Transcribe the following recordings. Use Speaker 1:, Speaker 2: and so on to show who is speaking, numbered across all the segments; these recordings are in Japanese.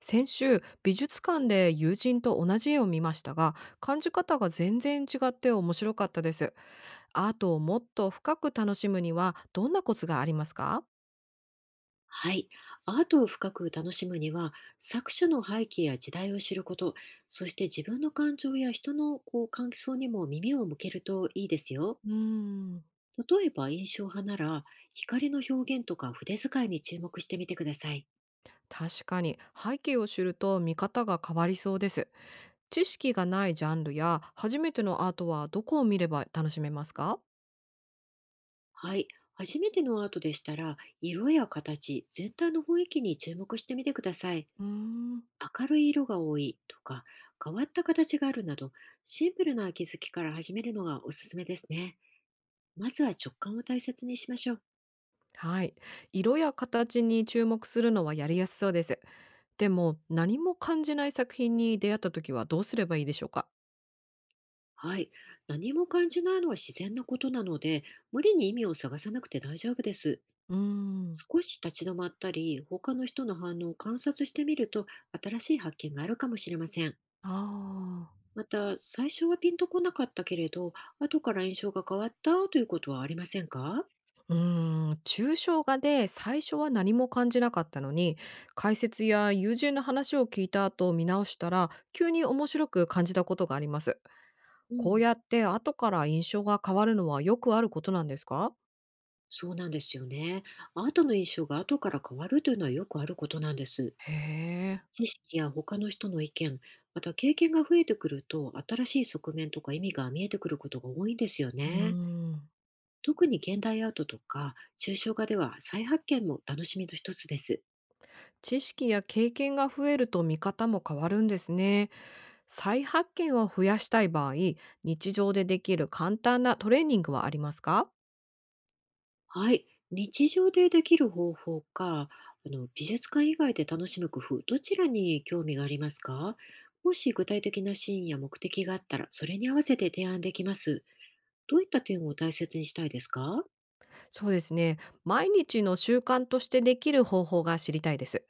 Speaker 1: 先週美術館で友人と同じ絵を見ましたが、感じ方が全然違って面白かったです。アートをもっと深く楽しむには、どんなコツがありますか？
Speaker 2: はい。アートを深く楽しむには、作者の背景や時代を知ること、そして自分の感情や人の感想にも耳を向けるといいですよ。
Speaker 1: うーん。
Speaker 2: 例えば印象派なら、光の表現とか筆遣いに注目してみてください。
Speaker 1: 確かに背景を知ると見方が変わりそうです。知識がないジャンルや初めてのアートはどこを見れば楽しめますか？
Speaker 2: はい。初めてのアートでしたら、色や形、全体の雰囲気に注目してみてください。
Speaker 1: うーん。
Speaker 2: 明るい色が多いとか、変わった形があるなど、シンプルな気づきから始めるのがおすすめですね。まずは直感を大切にしましょう。
Speaker 1: はい。色や形に注目するのはやりやすそうです。でも、何も感じない作品に出会った時はどうすればいいでしょうか？
Speaker 2: はい。何も感じないのは自然なことなので、無理に意味を探さなくて大丈夫です。
Speaker 1: うーん。
Speaker 2: 少し立ち止まったり、他の人の反応を観察してみると、新しい発見があるかもしれません。
Speaker 1: ああ。
Speaker 2: また、最初はピンとこなかったけれど、後から印象が変わったということはありませんか？
Speaker 1: うーん、抽象画で最初は何も感じなかったのに、解説や友人の話を聞いた後見直したら、急に面白く感じたことがあります。
Speaker 2: う
Speaker 1: こう
Speaker 2: ん。
Speaker 1: やって後から印象が変わるのはよくあることなんですか？
Speaker 2: そうなんですよね。後の印象が後から変わるというのはよくあることなんです。
Speaker 1: へえ。
Speaker 2: 知識や他の人の意見、また経験が増えてくると、新しい側面とか意味が見えてくることが多いんですよ
Speaker 1: う
Speaker 2: ね。
Speaker 1: ーん。
Speaker 2: 特に現代アートとか抽象画では再発見も楽しみの一つです。
Speaker 1: 知識や経験が増えると見方も変わるんですね。再発見を増やしたい場合、日常でできる簡単なトレーニングはありますか？
Speaker 2: はい。日常でできる方法か、あの美術館以外で楽しむ工夫、どちらに興味がありますか？もし具体的なシーンや目的があったら、それに合わせて提案できます。どういった点を大切にしたいですか？
Speaker 1: そうですね。毎日の習慣としてできる方法が知りたいです。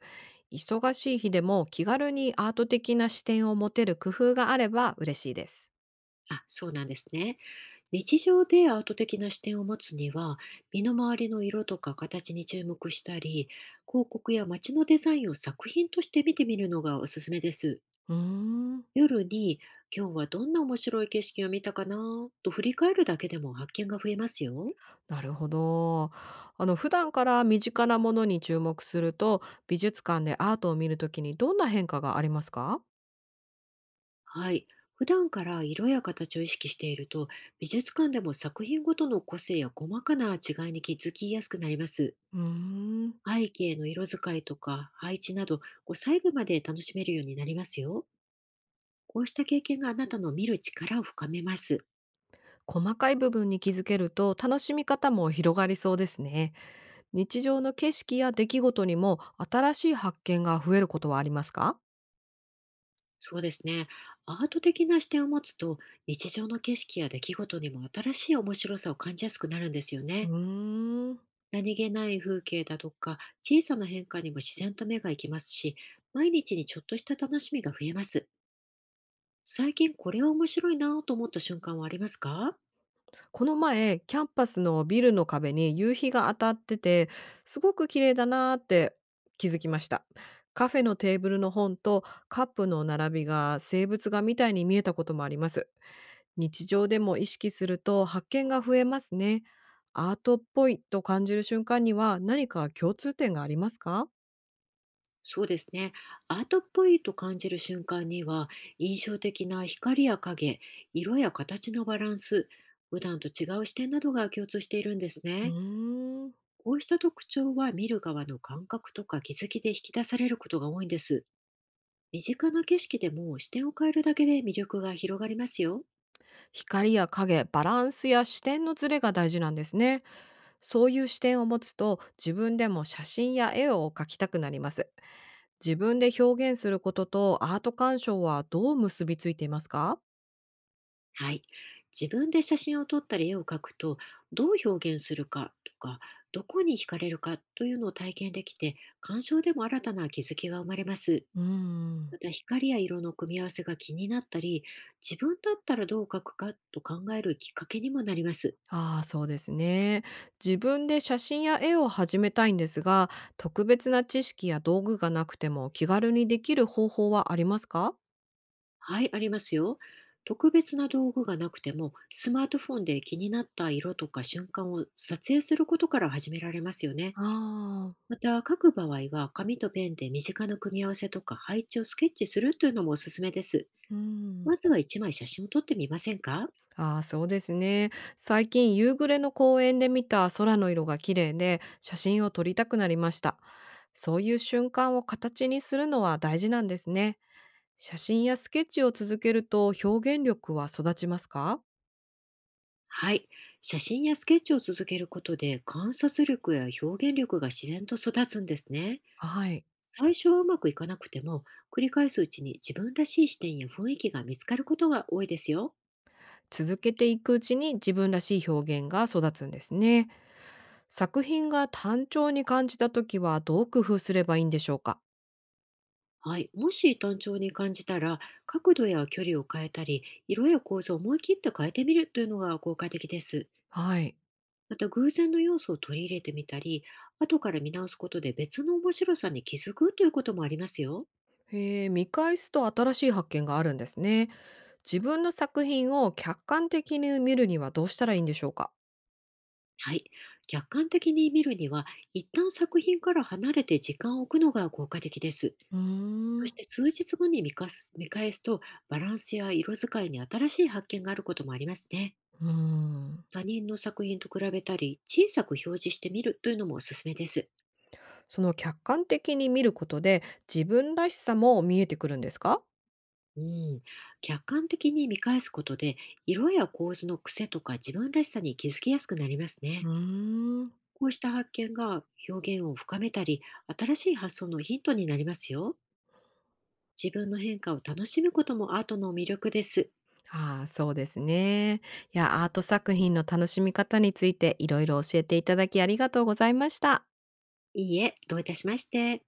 Speaker 1: 忙しい日でも気軽にアート的な視点を持てる工夫があれば嬉しいです。
Speaker 2: あ、そうなんですね。日常でアート的な視点を持つには、身の回りの色とか形に注目したり、広告や街のデザインを作品として見てみるのがおすすめです。
Speaker 1: うーん、
Speaker 2: 夜に、今日はどんな面白い景色を見たかなと振り返るだけでも発見が増えますよ。
Speaker 1: なるほど。普段から身近なものに注目すると、美術館でアートを見るときにどんな変化がありますか？
Speaker 2: はい。普段から色や形を意識していると、美術館でも作品ごとの個性や細かな違いに気づきやすくなります。
Speaker 1: うーん、
Speaker 2: 背景の色使いとか配置など、こう細部まで楽しめるようになりますよ。こうした経験があなたの見る力を深めます。
Speaker 1: 細かい部分に気づけると楽しみ方も広がりそうですね。日常の景色や出来事にも新しい発見が増えることはありますか？
Speaker 2: そうですね。アート的な視点を持つと、日常の景色や出来事にも新しい面白さを感じやすくなるんですよ
Speaker 1: う
Speaker 2: ね。
Speaker 1: ーん。
Speaker 2: 何気ない風景だとか、小さな変化にも自然と目が行きますし、毎日にちょっとした楽しみが増えます。最近これは面白いなぁと思った瞬間はありますか？
Speaker 1: この前、キャンパスのビルの壁に夕日が当たってて、すごく綺麗だなーって気づきました。カフェのテーブルの本とカップの並びが生物画みたいに見えたこともあります。日常でも意識すると発見が増えますね。アートっぽいと感じる瞬間には何か共通点がありますか？
Speaker 2: そうですね。アートっぽいと感じる瞬間には、印象的な光や影、色や形のバランス、普段と違う視点などが共通しているんです
Speaker 1: う
Speaker 2: ね。
Speaker 1: ーん。
Speaker 2: こうした特徴は見る側の感覚とか気づきで引き出されることが多いんです。身近な景色でも視点を変えるだけで魅力が広がりますよ。
Speaker 1: 光や影、バランスや視点のズレが大事なんですね。そういう視点を持つと自分でも写真や絵を描きたくなります。自分で表現することとアート鑑賞はどう結びついていますか？
Speaker 2: はい。自分で写真を撮ったり絵を描くと、どう表現するかとか、どこに惹かれるかというのを体験できて、鑑賞でも新たな気づきが生まれます。
Speaker 1: うーん。
Speaker 2: また光や色の組み合わせが気になったり、自分だったらどう描くかと考えるきっかけにもなります。
Speaker 1: ああ、そうですね。自分で写真や絵を始めたいんですが、特別な知識や道具がなくても気軽にできる方法はありますか？
Speaker 2: はい、ありますよ。特別な道具がなくても、スマートフォンで気になった色とか瞬間を撮影することから始められますよね。
Speaker 1: ああ
Speaker 2: また、描く場合は紙とペンで身近な組み合わせとか配置をスケッチするというのもおすすめです。
Speaker 1: ー、うん。
Speaker 2: まずは1枚写真を撮ってみませんか？
Speaker 1: ああ、そうですね。最近夕暮れの公園で見た空の色が綺麗で写真を撮りたくなりました。そういう瞬間を形にするのは大事なんですね。写真やスケッチを続けると表現力は育ちますか？
Speaker 2: はい。写真やスケッチを続けることで観察力や表現力が自然と育つんですね。
Speaker 1: はい。
Speaker 2: 最初はうまくいかなくても、繰り返すうちに自分らしい視点や雰囲気が見つかることが多いですよ。
Speaker 1: 続けていくうちに自分らしい表現が育つんですね。作品が単調に感じた時はどう工夫すればいいんでしょうか？
Speaker 2: はい、もし単調に感じたら、角度や距離を変えたり、色や構造を思い切って変えてみるというのが効果的です。
Speaker 1: はい。
Speaker 2: また偶然の要素を取り入れてみたり、後から見直すことで別の面白さに気づくということもありますよ。
Speaker 1: へえ、見返すと新しい発見があるんですね。自分の作品を客観的に見るにはどうしたらいいんでしょうか？
Speaker 2: はい、客観的に見るには、一旦作品から離れて時間を置くのが効果的です。
Speaker 1: うー
Speaker 2: そ
Speaker 1: ん。う
Speaker 2: して数日後に見返すと、バランスや色使いに新しい発見があることもありますね。
Speaker 1: ーん。
Speaker 2: 他人の作品と比べたり、小さく表示してみるというのもおすすめです。
Speaker 1: その客観的に見ることで、自分らしさも見えてくるんですか？
Speaker 2: うん、客観的に見返すことで、色や構図の癖とか自分らしさに気づきやすくなります
Speaker 1: う
Speaker 2: ね。
Speaker 1: ーん。
Speaker 2: こうした発見が表現を深めたり、新しい発想のヒントになりますよ。自分の変化を楽しむこともアートの魅力です。
Speaker 1: ああ、そうですね。いや、アート作品の楽しみ方についていろいろ教えていただき、ありがとうございました。
Speaker 2: いいえ、どういたしまして。